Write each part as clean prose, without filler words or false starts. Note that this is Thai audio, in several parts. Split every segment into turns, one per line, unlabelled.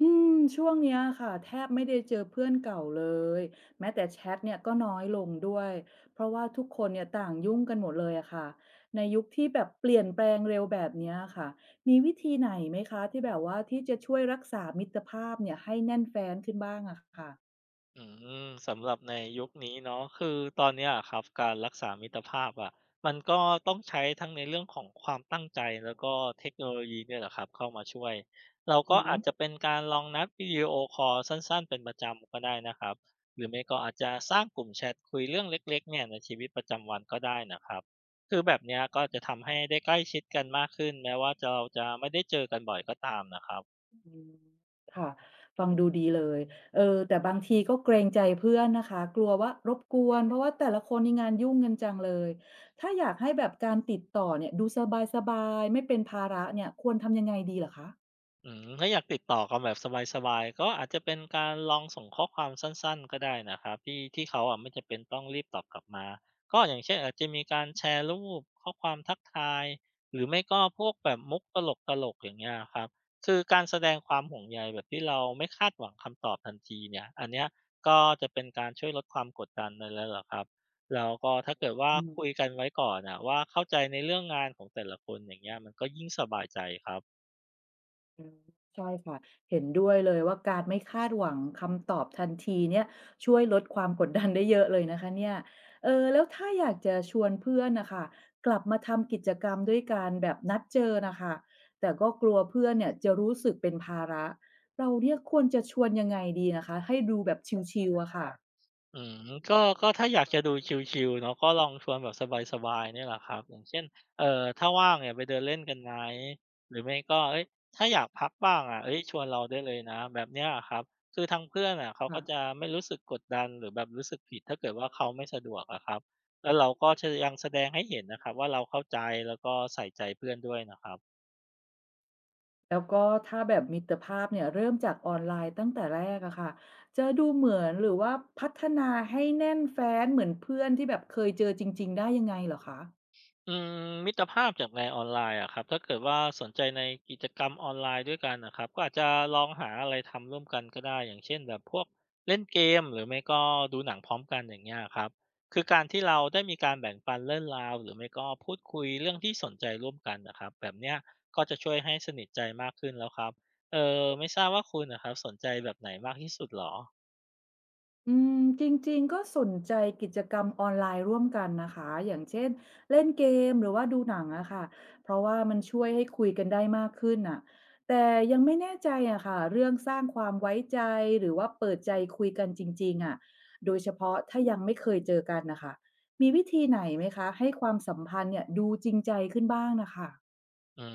อืมช่วงเนี้ยค่ะแทบไม่ได้เจอเพื่อนเก่าเลยแม้แต่แชทเนี่ยก็น้อยลงด้วยเพราะว่าทุกคนเนี่ยต่างยุ่งกันหมดเลยอะค่ะในยุคที่แบบเปลี่ยนแปลงเร็วแบบเนี้ยค่ะมีวิธีไหนไหมคะที่แบบว่าที่จะช่วยรักษามิตรภาพเนี่ยให้แน่นแฟ้นขึ้นบ้างอะค่ะ
อืมสำหรับในยุคนี้เนาะคือตอนเนี้ยครับการรักษามิตรภาพอะมันก็ต้องใช้ทั้งในเรื่องของความตั้งใจแล้วก็เทคโนโลยีเนี่ยแหละครับเข้ามาช่วยเรา
อื
ก็
ม
อาจจะเป็นการลองนัดวิดีโอคอลสั้นๆเป็นประจำก็ได้นะครับหรือไม่ก็อาจจะสร้างกลุ่มแชทคุยเรื่องเล็กๆเนี่ยในชีวิตประจำวันก็ได้นะครับคือแบบเนี้ยก็จะทำให้ได้ใกล้ชิดกันมากขึ้นแม้ว่าจะเราจะไม่ได้เจอกันบ่อยก็ตามนะครับ
อืมค่ะฟังดูดีเลยเออแต่บางทีก็เกรงใจเพื่อนนะคะกลัวว่ารบกวนเพราะว่าแต่ละคนนี่งานยุ่งกันจังเลยถ้าอยากให้แบบการติดต่อเนี่ยดูสบายๆไม่เป็นภาระเนี่ยควรทำยังไงดีเหรอคะ
อืมถ้าอยากติดต่อกันแบบสบายๆก็อาจจะเป็นการลองส่งข้อความสั้นๆก็ได้นะครับที่เขาอะไม่จำเป็นต้องรีบตอบกลับมาก็อย่างเช่นอาจจะมีการแชร์รูปข้อความทักทายหรือไม่ก็พวกแบบมุกตลกๆอย่างเงี้ยครับคือการแสดงความห่วงใยแบบที่เราไม่คาดหวังคำตอบทันทีเนี่ยอันเนี้ยก็จะเป็นการช่วยลดความกดดันนั่นแล้วละครับแล้วก็ถ้าเกิดว่าคุยกันไว้ก่อนอะว่าเข้าใจในเรื่องงานของแต่ละคนอย่างเงี้ยมันก็ยิ่งสบายใจครับ
อืมใช่ค่ะเห็นด้วยเลยว่าการไม่คาดหวังคำตอบทันทีเนี่ยช่วยลดความกดดันได้เยอะเลยนะคะเนี่ยเออแล้วถ้าอยากจะชวนเพื่อนน่ะค่ะกลับมาทำกิจกรรมด้วยการแบบนัดเจอน่ะค่ะแต่ก็กลัวเพื่อนเนี่ยจะรู้สึกเป็นภาระเราเนี่ยควรจะชวนยังไงดีนะคะให้ดูแบบชิลๆอะค่ะ
อืมก็ก็ถ้าอยากจะดูชิลๆเนาะก็ลองชวนแบบสบายๆเนี่ยแหละครับอย่างเช่นถ้าว่างเนี่ยไปเดินเล่นกันไหมหรือไม่ก็เฮ้ยถ้าอยากพักบ้างอะเฮ้ยชวนเราได้เลยนะแบบเนี้ยอะครับคือทางเพื่อนอะเขา
ค่ะ
ก็จะไม่รู้สึกกดดันหรือแบบรู้สึกผิดถ้าเกิดว่าเขาไม่สะดวกอะครับแล้วเราก็จะยังแสดงให้เห็นนะครับว่าเราเข้าใจแล้วก็ใส่ใจเพื่อนด้วยนะครับ
แล้วก็ถ้าแบบมิตรภาพเนี่ยเริ่มจากออนไลน์ตั้งแต่แรกอะค่ะจะดูเหมือนหรือว่าพัฒนาให้แน่นแฟ้นเหมือนเพื่อนที่แบบเคยเจอจริงๆได้ยังไงเหรอคะ
อืมมิตรภาพจากในออนไลน์อะครับถ้าเกิดว่าสนใจในกิจกรรมออนไลน์ด้วยกันนะครับก็อาจจะลองหาอะไรทำร่วมกันก็ได้อย่างเช่นแบบพวกเล่นเกมหรือไม่ก็ดูหนังพร้อมกันอย่างเงี้ยครับคือการที่เราได้มีการแบ่งปันเรื่องราวหรือไม่ก็พูดคุยเรื่องที่สนใจร่วมกันนะครับแบบเนี้ยก็จะช่วยให้สนิทใจมากขึ้นแล้วครับเออไม่ทราบว่าคุณนะครับสนใจแบบไหนมากที่สุดหรอ
อืมจริงๆก็สนใจกิจกรรมออนไลน์ร่วมกันนะคะอย่างเช่นเล่นเกมหรือว่าดูหนังอะค่ะเพราะว่ามันช่วยให้คุยกันได้มากขึ้นน่ะแต่ยังไม่แน่ใจอะค่ะเรื่องสร้างความไว้ใจหรือว่าเปิดใจคุยกันจริงๆอะโดยเฉพาะถ้ายังไม่เคยเจอกันนะคะมีวิธีไหนไหมคะให้ความสัมพันธ์เนี่ยดูจริงใจขึ้นบ้างนะคะ
อื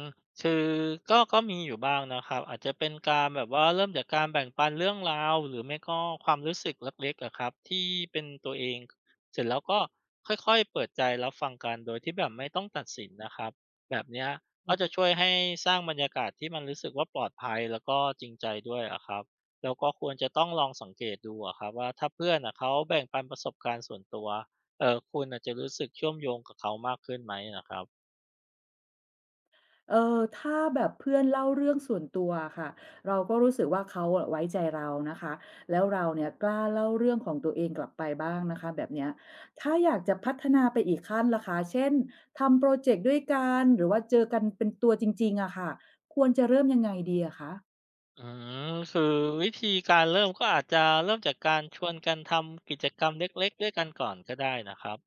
มคือก็มีอยู่บ้างนะครับอาจจะเป็นการแบบว่าเริ่มจากการแบ่งปันเรื่องราวหรือไม่ก็ความรู้สึกเล็กๆอะครับที่เป็นตัวเองเสร็จแล้วก็ค่อยๆเปิดใจรับฟังกันโดยที่แบบไม่ต้องตัดสินนะครับแบบเนี้ยก็จะช่วยให้สร้างบรรยากาศที่มันรู้สึกว่าปลอดภัยแล้วก็จริงใจด้วยอะครับแล้วก็ควรจะต้องลองสังเกตดูอะครับว่าถ้าเพื่อนอะเขาแบ่งปันประสบการณ์ส่วนตัวเออคุณอาจจะรู้สึกเชื่อมโยงกับเขามากขึ้นไหมนะครับ
เออถ้าแบบเพื่อนเล่าเรื่องส่วนตัวอะค่ะเราก็รู้สึกว่าเขาอะไว้ใจเรานะคะแล้วเราเนี่ยกล้าเล่าเรื่องของตัวเองกลับไปบ้างนะคะแบบเนี้ยถ้าอยากจะพัฒนาไปอีกขั้นล่ะคะเช่นทำโปรเจกต์ด้วยกันหรือว่าเจอกันเป็นตัวจริงๆอะค่ะควรจะเริ่มยังไงดีอะคะ
อืมคือวิธีการเริ่มก็อาจจะเริ่มจากการชวนกันทำกิจกรรมเล็กๆด้วยกันก่อนก็ได้นะครับ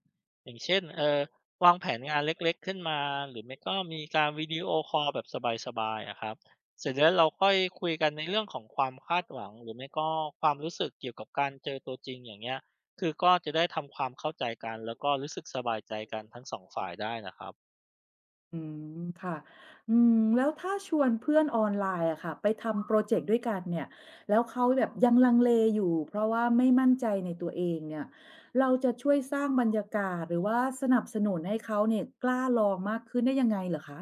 อย่างเช่นเออวางแผนงานเล็กๆขึ้นมาหรือไม่ก็มีการวิดีโอคอลแบบสบายๆอะครับเสร็จแล้วเราค่อยคุยกันในเรื่องของความคาดหวังหรือไม่ก็ความรู้สึกเกี่ยวกับการเจอตัวจริงอย่างเงี้ยคือก็จะได้ทำความเข้าใจกันแล้วก็รู้สึกสบายใจกันทั้งสองฝ่ายได้นะครับ
อืมค่ะอืมแล้วถ้าชวนเพื่อนออนไลน์อะค่ะไปทำโปรเจกต์ด้วยกันเนี่ยแล้วเขาแบบยังลังเลอยู่เพราะว่าไม่มั่นใจในตัวเองเนี่ยเราจะช่วยสร้างบรรยากาศหรือว่าสนับสนุนให้เขาเนี่ยกล้าลองมากขึ้นได้ยังไงเหรอคะ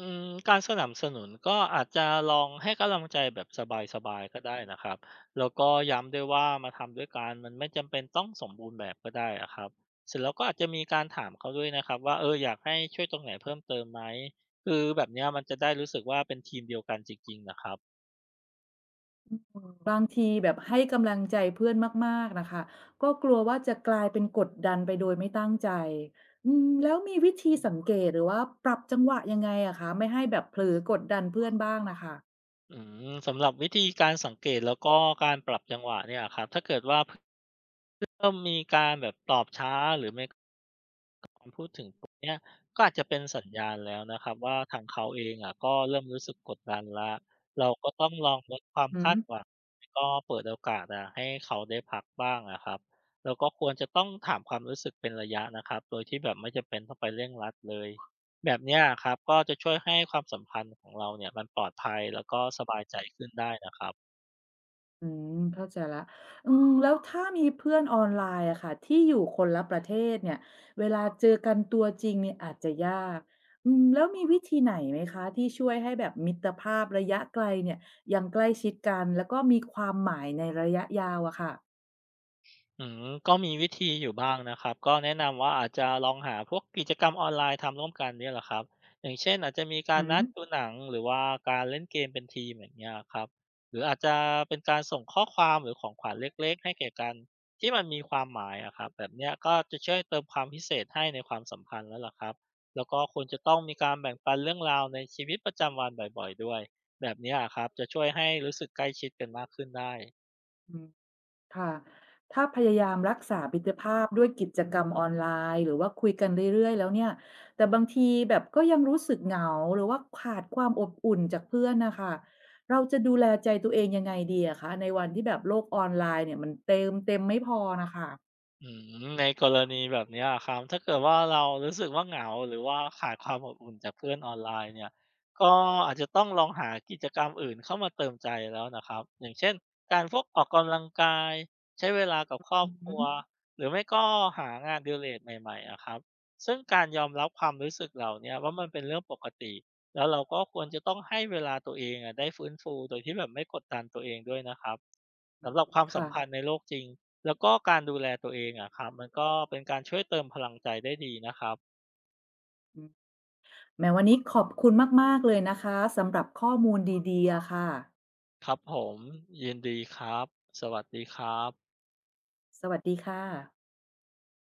อืมการสนับสนุนก็อาจจะลองให้กำลังใจแบบสบายๆก็ได้นะครับแล้วก็ย้ำด้วยว่ามาทำด้วยกันมันไม่จำเป็นต้องสมบูรณ์แบบก็ได้อะครับเสร็จแล้วก็อาจจะมีการถามเขาด้วยนะครับว่าเอออยากให้ช่วยตรงไหนเพิ่มเติมไหมคือแบบเนี้ยมันจะได้รู้สึกว่าเป็นทีมเดียวกันจริงๆนะครับ
อืมบางทีแบบให้กำลังใจเพื่อนมากๆน่ะค่ะก็กลัวว่าจะกลายเป็นกดดันไปโดยไม่ตั้งใจอืมแล้วมีวิธีสังเกตหรือว่าปรับจังหวะยังไงอะคะไม่ให้แบบเผลอกดดันเพื่อนบ้างน่ะค่ะ
อืมสำหรับวิธีการสังเกตแล้วก็การปรับจังหวะเนี่ยครับถ้าเกิดว่าเริ่มมีการแบบตอบช้าหรือไม่ ถึงตรงเนี้ยก็อาจจะเป็นสัญญาณแล้วนะครับว่าทางเขาเองอะก็เริ่มรู้สึกกดดันแล้วเราก็ต้องลองลดความ
อือ
คา
ฮึ
ดหวังแล้วก็เปิดโอกาสอะให้เขาได้พักบ้างอะครับแล้วก็ควรจะต้องถามความรู้สึกเป็นระยะนะครับโดยที่แบบไม่จำเป็นต้องไปเร่งรัดเลยแบบเนี้ยอะครับก็จะช่วยให้ความสัมพันธ์ของเราเนี่ยมันปลอดภัยแล้วก็สบายใจขึ้นได้นะครับ
อืมเข้าใจแล้วอืมแล้วถ้ามีเพื่อนออนไลน์อะค่ะที่อยู่คนละประเทศเนี่ย เวลาเจอกันตัวจริงเนี่ยอาจจะยากอืมแล้วมีวิธีไหนไหมคะที่ช่วยให้แบบมิตรภาพระยะไกลเนี่ยยังใกล้ชิดกันแล้วก็มีความหมายในระยะยาวอะค่ะ
อืมก็มีวิธีอยู่บ้างนะครับก็แนะนำว่าอาจจะลองหาพวกกิจกรรมออนไลน์ทำร่วมกันเนี่ยแหละครับอย่างเช่นอาจจะมี
อื
การ
อ
นั
ฮ
ดดูหนังหรือว่าการเล่นเกมเป็นทีมอย่างเงี้ยครับหรืออาจจะเป็นการส่งข้อความหรือของขวัญเล็กๆให้แก่กันที่มันมีความหมายอะครับแบบเนี้ยก็จะช่วยเติมความพิเศษให้ในความสัมพันธ์แล้วล่ะครับแล้วก็ควรจะต้องมีการแบ่งปันเรื่องราวในชีวิตประจำวันบ่อยๆด้วยแบบเนี้ยครับจะช่วยให้รู้สึกใกล้ชิดกันมากขึ้นได้
ึ ค่ะถ้าพยายามรักษามิตรภาพด้วยกิจกรรมออนไลน์หรือว่าคุยกันเรื่อยๆแล้วเนี่ยแต่บางทีแบบก็ยังรู้สึกเหงาหรือว่าขาดความอบอุ่นจากเพื่อนนะคะเราจะดูแลใจตัวเองยังไงดีอะคะในวันที่แบบโลกออนไลน์เนี่ยมันเต็มเต็มไม่พอนะคะ
อืมในกรณีแบบเนี้ยอะครับถ้าเกิดว่าเรารู้สึกว่าเหงาหรือว่าขาดความอบอุ่นจากเพื่อนออนไลน์เนี่ยก็อาจจะต้องลองหากิจกรรมอื่นเข้ามาเติมใจแล้วนะครับอย่างเช่นการพวกออกกำลังกายใช้เวลากับครอ
อ
บค
ือ
รัวหรือไม่ก็หางานอดิเรกใหม่ๆอะครับซึ่งการยอมรับความรู้สึกเหล่าเนี้ยว่ามันเป็นเรื่องปกติแล้วเราก็ควรจะต้องให้เวลาตัวเองอะได้ฟื้นฟูโดยที่แบบไม่กดดันตัวเองด้วยนะครับ
อื
สำหรั
ม
บความสั
ค่ะ
มพันธ์ในโลกจริงแล้วก็การดูแลตัวเองอะครับมันก็เป็นการช่วยเติมพลังใจได้ดีนะครับ
อืมแห้วันนี้ขอบคุณมากๆเลยนะคะสำหรับข้อมูลดีๆอะค่ะ
ครับผมยินดีครับสวัสดีครับ
สวัสดีค่ะ